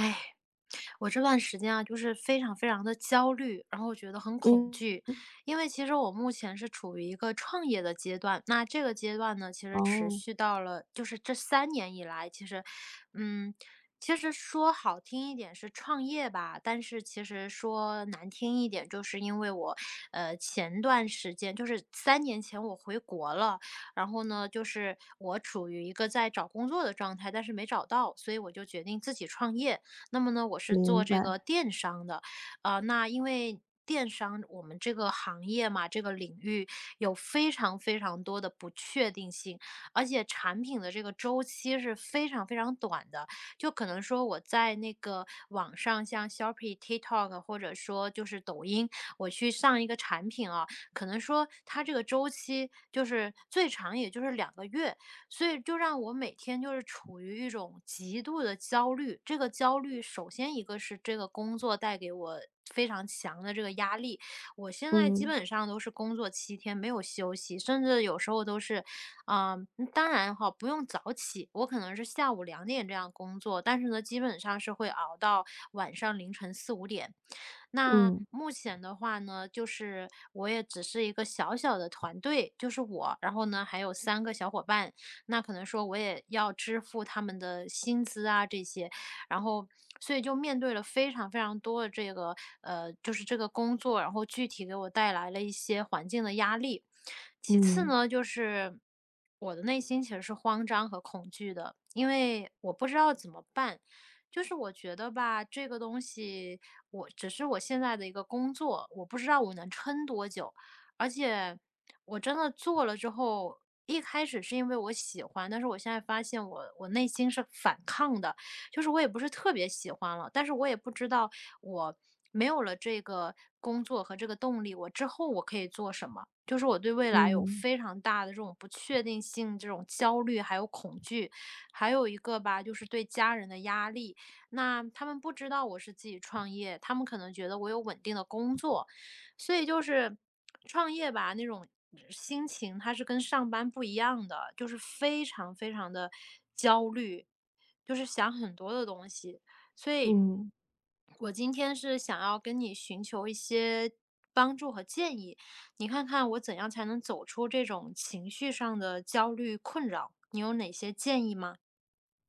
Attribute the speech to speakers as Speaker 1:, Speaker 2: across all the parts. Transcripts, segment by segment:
Speaker 1: 哎，我这段时间啊，就是非常非常的焦虑，然后我觉得很恐
Speaker 2: 嗯。
Speaker 1: 惧。因为其实我目前是处于一个创业的阶段，那这个阶段呢，其实持
Speaker 2: 哦，
Speaker 1: 续到了就是这三年以来。嗯，其实说好听一点是创业吧，但是其实说难听一点，就是因为我，前段时间就是3年前我回国了。然后呢，就是我处于一个在找工作的状态，但是没找到，所以我就决定自己创业。那么呢，我是
Speaker 2: 明
Speaker 1: 做这
Speaker 2: 白。
Speaker 1: 个电商的。那因为电商我们这个行业嘛，这个领域有非常非常多的不确定性，而且产品的这个周期是非常非常短的。就可能说我在那个网上，像 Shopee、TikTok 或者说就是抖音，我去上一个产品啊，可能说它这个周期就是最长也就是2个月，所以就让我每天就是处于一种极度的焦虑。这个焦虑，首先一个是这个工作带给我非常强的这个压力。我现在基
Speaker 2: 嗯，
Speaker 1: 本上都是工作七天没有休息，甚至有时候都是，啊、嗯当然哈，不用早起，我可能是下午2点这样工作，但是呢，基本上是会熬到晚上凌晨四五点。那
Speaker 2: 嗯，
Speaker 1: 目前的话呢，就是我也只是一个小小的团队，就是我，然后呢还有3个小伙伴。那可能说我也要支付他们的薪资啊这些，然后所以就面对了非常非常多的这个就是这个工作，然后具体给我带来了一些环境的压力。其次
Speaker 2: 嗯，
Speaker 1: 呢，就是我的内心其实是慌张和恐惧的，因为我不知道怎么办。就是我觉得吧，这个东西我只是我现在的一个工作，我不知道我能撑多久。而且我真的做了之后，一开始是因为我喜欢，但是我现在发现我内心是反抗的，就是我也不是特别喜欢了，但是我也不知道我没有了这个工作和这个动力，我之后我可以做什么。就是我对未来有
Speaker 2: 嗯，
Speaker 1: 非常大的这种不确定性、这种焦虑，还有恐惧。还有一个吧，就是对家人的压力。那他们不知道我是自己创业，他们可能觉得我有稳定的工作，所以就是创业吧，那种心情它是跟上班不一样的，就是非常非常的焦虑，就是想很多的东西。所以，
Speaker 2: 嗯，
Speaker 1: 我今天是想要跟你寻求一些帮助和建议，你看看我怎样才能走出这种情绪上的焦虑困扰？你有哪些建议吗？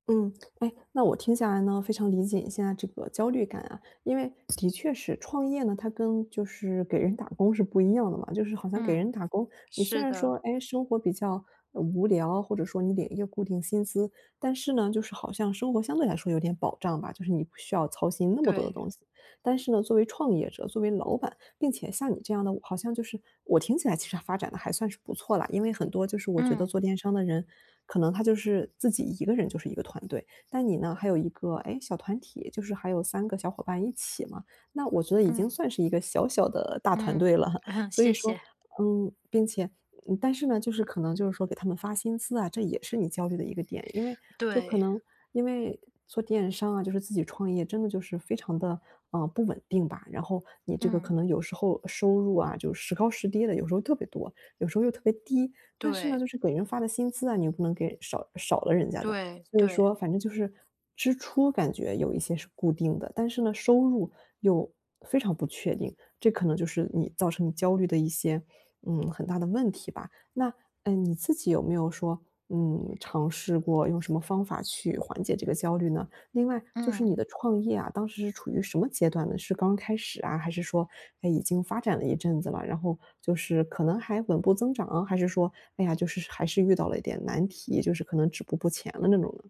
Speaker 2: 嗯，哎，那我听下来呢，非常理解你现在这个焦虑感啊，因为的确是创业呢，它跟就是给人打工是不一样的嘛，就是好像给
Speaker 1: 嗯，
Speaker 2: 人打工，你虽
Speaker 1: 是
Speaker 2: 然
Speaker 1: 的，
Speaker 2: 说，哎，生活比较无聊，或者说你领一个固定薪资，但是呢，就是好像生活相对来说有点保障吧，就是你不需要操心那么多的
Speaker 1: 对。
Speaker 2: 东西。但是呢，作为创业者，作为老板，并且像你这样的，好像就是我听起来其实发展的还算是不错啦，因为很多就是我觉得
Speaker 1: 嗯。
Speaker 2: 做电商的人，可能他就是自己一个人就是一个团队，但你呢还有一个，哎，小团体，就是还有三个小伙伴一起嘛，那我觉得已经
Speaker 1: 嗯，
Speaker 2: 算是一个小小的大团
Speaker 1: 嗯，
Speaker 2: 队了。所以
Speaker 1: 谢
Speaker 2: 说，
Speaker 1: 谢，
Speaker 2: 嗯，并且嗯，但是呢，就是可能就是说给他们发薪资啊，这也是你焦虑的一个点，因为就可
Speaker 1: 对，
Speaker 2: 能因为做电商啊，就是自己创业，真的就是非常的不稳定吧。然后你这个可
Speaker 1: 嗯。
Speaker 2: 能有时候收入啊，就时高时低的，有时候特别多，有时候又特别低。但是呢，
Speaker 1: 对，
Speaker 2: 就是给人发的薪资啊，你又不能给少少了人家的。
Speaker 1: 对，
Speaker 2: 所以
Speaker 1: 对。
Speaker 2: 说反正就是支出感觉有一些是固定的，但是呢，收入又非常不确定，这可能就是你造成你焦虑的一些，嗯，很大的问题吧。那，嗯，你自己有没有说，嗯，尝试过用什么方法去缓解这个焦虑呢？另外就是
Speaker 1: 嗯。
Speaker 2: 你的创业啊，当时是处于什么阶段呢？是刚开始啊，还是说，哎，已经发展了一阵子了，然后就是可能还稳步增长，还是说，哎呀，就是还是遇到了一点难题，就是可能止步不前了那种呢？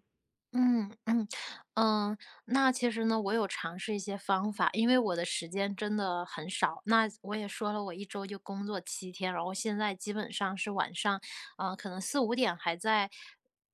Speaker 1: 嗯嗯嗯，那其实呢，我有尝试一些方法，因为我的时间真的很少。那我也说了，我一周就工作七天，然后现在基本上是晚上，可能四五点还在，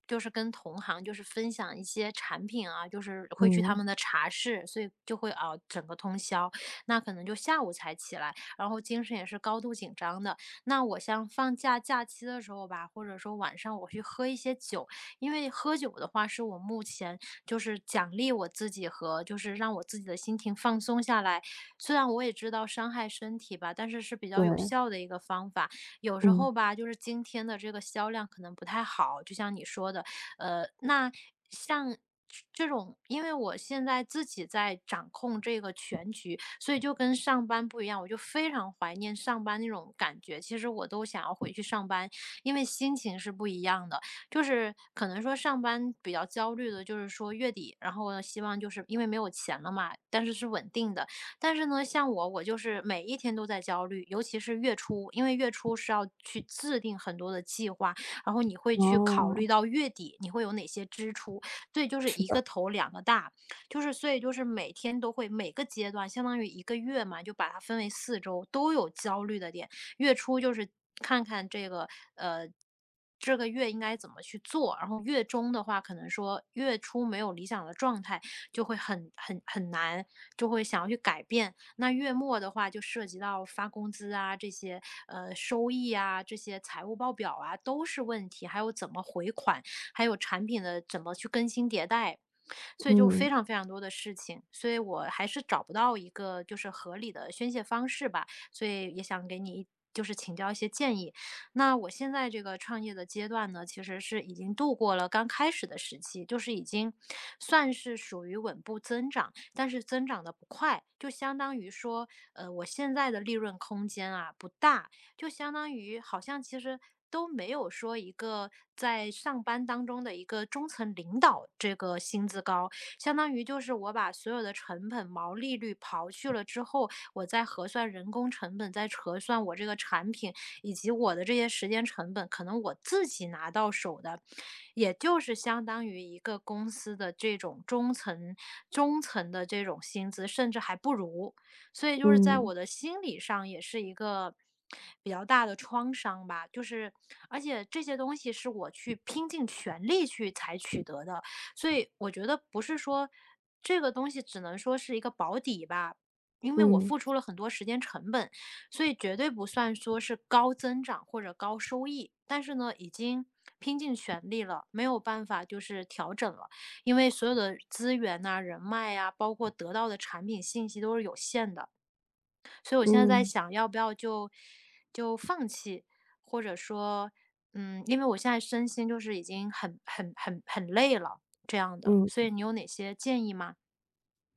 Speaker 1: 就是跟同行就是分享一些产品啊，就是会去他
Speaker 2: 嗯，
Speaker 1: 们的茶室，所以就会熬整个通宵。那可能就下午才起来，然后精神也是高度紧张的。那我像放假假期的时候吧，或者说晚上我去喝一些酒。因为喝酒的话是我目前就是奖励我自己和就是让我自己的心情放松下来。虽然我也知道伤害身体吧，但是是比较有
Speaker 2: 对，
Speaker 1: 效的一个方法。有时
Speaker 2: 嗯，
Speaker 1: 候吧，就是今天的这个销量可能不太好，就像你说的，那像这种，因为我现在自己在掌控这个全局，所以就跟上班不一样，我就非常怀念上班那种感觉。其实我都想要回去上班，因为心情是不一样的。就是可能说上班比较焦虑的，就是说月底，然后呢，希望就是因为没有钱了嘛，但是是稳定的。但是呢，像我，我就是每一天都在焦虑，尤其是月初，因为月初是要去制定很多的计划，然后你会去考
Speaker 2: 哦，
Speaker 1: 虑到月底你会有哪些支出，所以就是
Speaker 2: 是
Speaker 1: 一个
Speaker 2: 的，
Speaker 1: 头两个大。就是所以就是每天都会每个阶段相当于一个月嘛，就把它分为4周，都有焦虑的点。月初就是看看这个呃。这个月应该怎么去做？然后月中的话，可能说月初没有理想的状态，就会很很很难，就会想要去改变。那月末的话，就涉及到发工资啊，这些收益啊，这些财务报表啊，都是问题。还有怎么回款，还有产品的怎么去更新迭代，所以就非
Speaker 2: 嗯，
Speaker 1: 常非常多的事情。所以我还是找不到一个就是合理的宣泄方式吧。所以也想给你一就是请教一些建议。那我现在这个创业的阶段呢，其实是已经度过了刚开始的时期，就是已经算是属于稳步增长，但是增长的不快，就相当于说，我现在的利润空间啊不大，就相当于好像其实都没有说一个在上班当中的一个中层领导这个薪资高，相当于就是我把所有的成本、毛利率刨去了之后，我在核算人工成本，在核算我这个产品以及我的这些时间成本，可能我自己拿到手的，也就是相当于一个公司的这种中层的这种薪资，甚至还不如。所以就是在
Speaker 2: 嗯，
Speaker 1: 我的心理上也是一个比较大的创伤吧。就是而且这些东西是我去拼尽全力去才取得的，所以我觉得不是说这个东西只能说是一个保底吧，因为我
Speaker 2: 嗯，
Speaker 1: 付出了很多时间成本，所以绝对不算说是高增长或者高收益，但是呢，已经拼尽全力了，没有办法就是调整了，因为所有的资源呐、人脉呀、包括得到的产品信息都是有限的，所以我现在在
Speaker 2: 嗯，嗯。
Speaker 1: 想要不要就放弃，或者说，嗯，因为我现在身心就是已经很很很很累了这样的，
Speaker 2: 嗯，
Speaker 1: 所以你有哪些建议吗？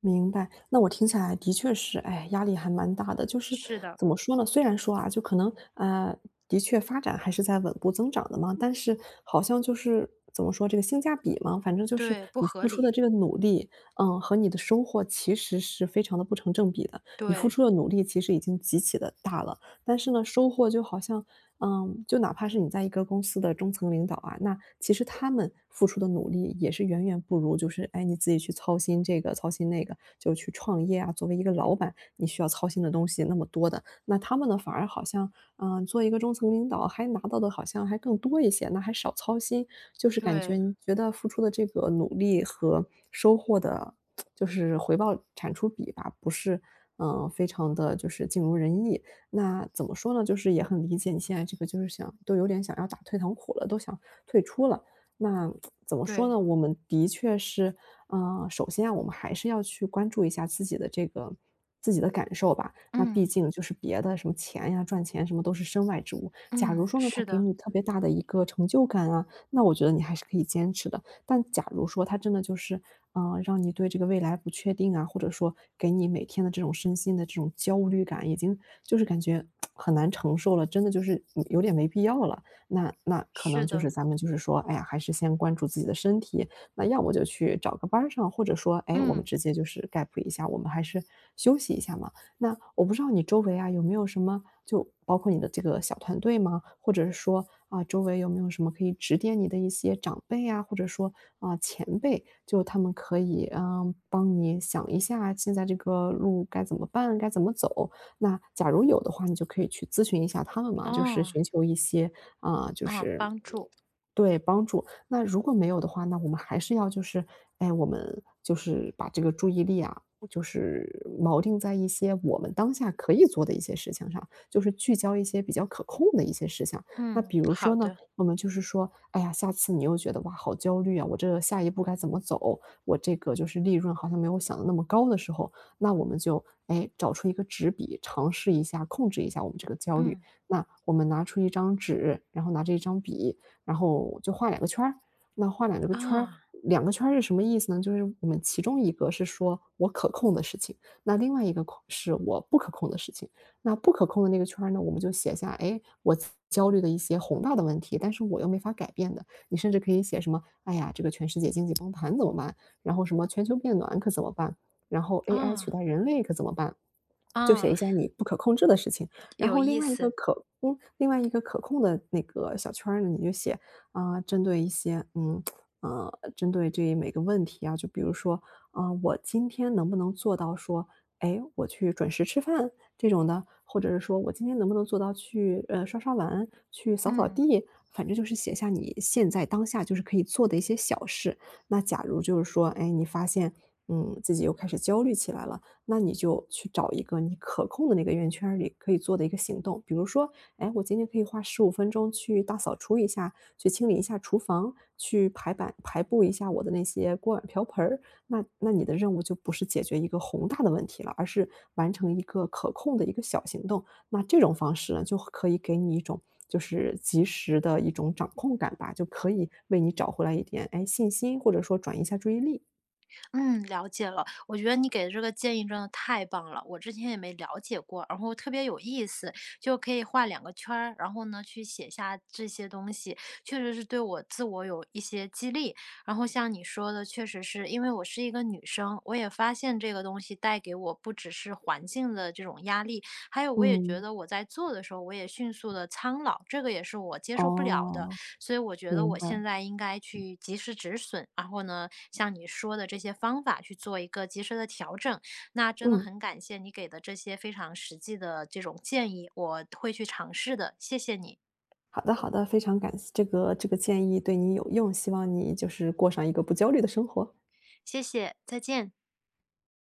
Speaker 2: 明白，那我听起来的确是，哎，压力还蛮大的。就是
Speaker 1: 是的，
Speaker 2: 怎么说呢？虽然说啊，就可能的确发展还是在稳步增长的嘛，但是好像就是怎么说这个性价比嘛，反正就是
Speaker 1: 对，不
Speaker 2: 你
Speaker 1: 合
Speaker 2: 付出的
Speaker 1: 理，
Speaker 2: 这个努力，嗯，和你的收获其实是非常的不成正比的。你付
Speaker 1: 对
Speaker 2: 出的努力其实已经极其的大了，但是呢，收获就好像嗯，就哪怕是你在一个公司的中层领导啊，那其实他们付出的努力也是远远不如，就是哎你自己去操心这个操心那个，就去创业啊。作为一个老板，你需要操心的东西那么多的，那他们呢反而好像，嗯，做一个中层领导还拿到的好像还更多一些，那还少操心，就是感觉
Speaker 1: 对。
Speaker 2: 你觉得付出的这个努力和收获的，就是回报产出比吧，不是嗯非常的就是尽如人意。那怎么说呢，就是也很理解你现在这个就是想都有点想要打退堂鼓了，都想退出了。那怎么说
Speaker 1: 对，
Speaker 2: 呢？我们的确是，嗯，首先啊，我们还是要去关注一下自己的这个自己的感受吧。那毕
Speaker 1: 嗯
Speaker 2: 竟就是别的什么钱呀、赚钱什么都是身外之物。假如
Speaker 1: 嗯，
Speaker 2: 说呢，它
Speaker 1: 是
Speaker 2: 给
Speaker 1: 的，
Speaker 2: 你特别大的一个成就感啊，那我觉得你还是可以坚持的。但假如说它真的就是，让你对这个未来不确定啊，或者说给你每天的这种身心的这种焦虑感，已经就是感觉很难承受了，真的就是有点没必要了。那那可
Speaker 1: 是
Speaker 2: 能就
Speaker 1: 的，
Speaker 2: 是咱们就是说，哎呀，还是先关注自己的身体，那要么就去找个班儿上，或者说，哎，我们
Speaker 1: 嗯，
Speaker 2: 直接就是 gap 一下，我们还是休息一下嘛。那我不知道你周围啊，有没有什么就包括你的这个小团队吗？或者是说，啊，周围有没有什么可以指点你的一些长辈啊，或者说，啊，前辈，就他们可以，嗯，帮你想一下现在这个路该怎么办，该怎么走。那假如有的话，你就可以去咨询一下他们嘛，就是
Speaker 1: 哦，
Speaker 2: 寻求一些，啊，就
Speaker 1: 啊，
Speaker 2: 是
Speaker 1: 帮
Speaker 2: 嗯，
Speaker 1: 助，
Speaker 2: 对，帮助。那如果没有的话，那我们还是要就是，哎，我们就是把这个注意力啊，就是锚定在一些我们当下可以做的一些事情上，就是聚焦一些比较可控的一些事情。那
Speaker 1: 嗯，
Speaker 2: 比如说
Speaker 1: 好
Speaker 2: 呢，
Speaker 1: 的，
Speaker 2: 我们就是说，哎呀，下次你又觉得哇，好焦虑啊，我这下一步该怎么走？我这个就是利润好像没有想的那么高的时候，那我们就哎找出一个纸笔，尝试一下控制一下我们这个焦虑。
Speaker 1: 嗯，
Speaker 2: 那我们拿出一张纸，然后拿着一张笔，然后就画两个圈儿。那画两个圈儿
Speaker 1: 啊
Speaker 2: 是什么意思呢？就是我们其中一个是说我可控的事情，那另外一个控是我不可控的事情。那不可控的那个圈儿呢，我们就写下，哎，我焦虑的一些宏大的问题，但是我又没法改变的。你甚至可以写什么，哎呀，这个全世界经济崩盘怎么办？然后什么全球变暖可怎么办？然后 AI 取
Speaker 1: 啊
Speaker 2: 代人类可怎么办？就写
Speaker 1: 啊，
Speaker 2: 一下 你不可控制的事情，然
Speaker 1: 有
Speaker 2: 后另
Speaker 1: 意
Speaker 2: 外一个
Speaker 1: 思。
Speaker 2: 可另外一个可控的那个小圈儿呢，你就写啊，针对一些嗯，针对这每个问题啊，就比如说，啊，我今天能不能做到说，哎，我去准时吃饭这种的，或者是说我今天能不能做到去，刷刷碗、去扫扫
Speaker 1: 嗯。
Speaker 2: 地，反正就是写下你现在当下就是可以做的一些小事。那假如就是说，哎，你发现，嗯，自己又开始焦虑起来了，那你就去找一个你可控的那个圆圈儿里可以做的一个行动，比如说哎，我今天可以花15分钟去大扫除一下，去清理一下厨房，去排版排布一下我的那些锅碗瓢盆儿。那那你的任务就不是解决一个宏大的问题了，而是完成一个可控的一个小行动。那这种方式呢，就可以给你一种就是及时的一种掌控感吧，就可以为你找回来一点哎信心，或者说转移一下注意力。
Speaker 1: 嗯，了解了。我觉得你给的这个建议真的太棒了，我之前也没了解过，然后特别有意思，就可以画两个圈儿，然后呢去写下这些东西，确实是对我自我有一些激励。然后像你说的，确实是因为我是一个女生，我也发现这个东西带给我不只是环境的这种压力，还有我也觉
Speaker 2: 嗯，
Speaker 1: 得我在做的时候，我也迅速的苍老，这个也是我接受不了的。
Speaker 2: 哦，
Speaker 1: 所以我觉得
Speaker 2: 明
Speaker 1: 我现
Speaker 2: 白，
Speaker 1: 在应该去及时止损，然后呢，像你说的这些方法去做一个及时的调整。那真的
Speaker 2: 嗯。
Speaker 1: 很感谢你给的这些非常实际的这种建议，我会去尝试的，谢谢你，
Speaker 2: 好的好的，非常感谢这个这个建议对你有用，希望你就是过上一个不焦虑的生活。
Speaker 1: 谢谢，再见。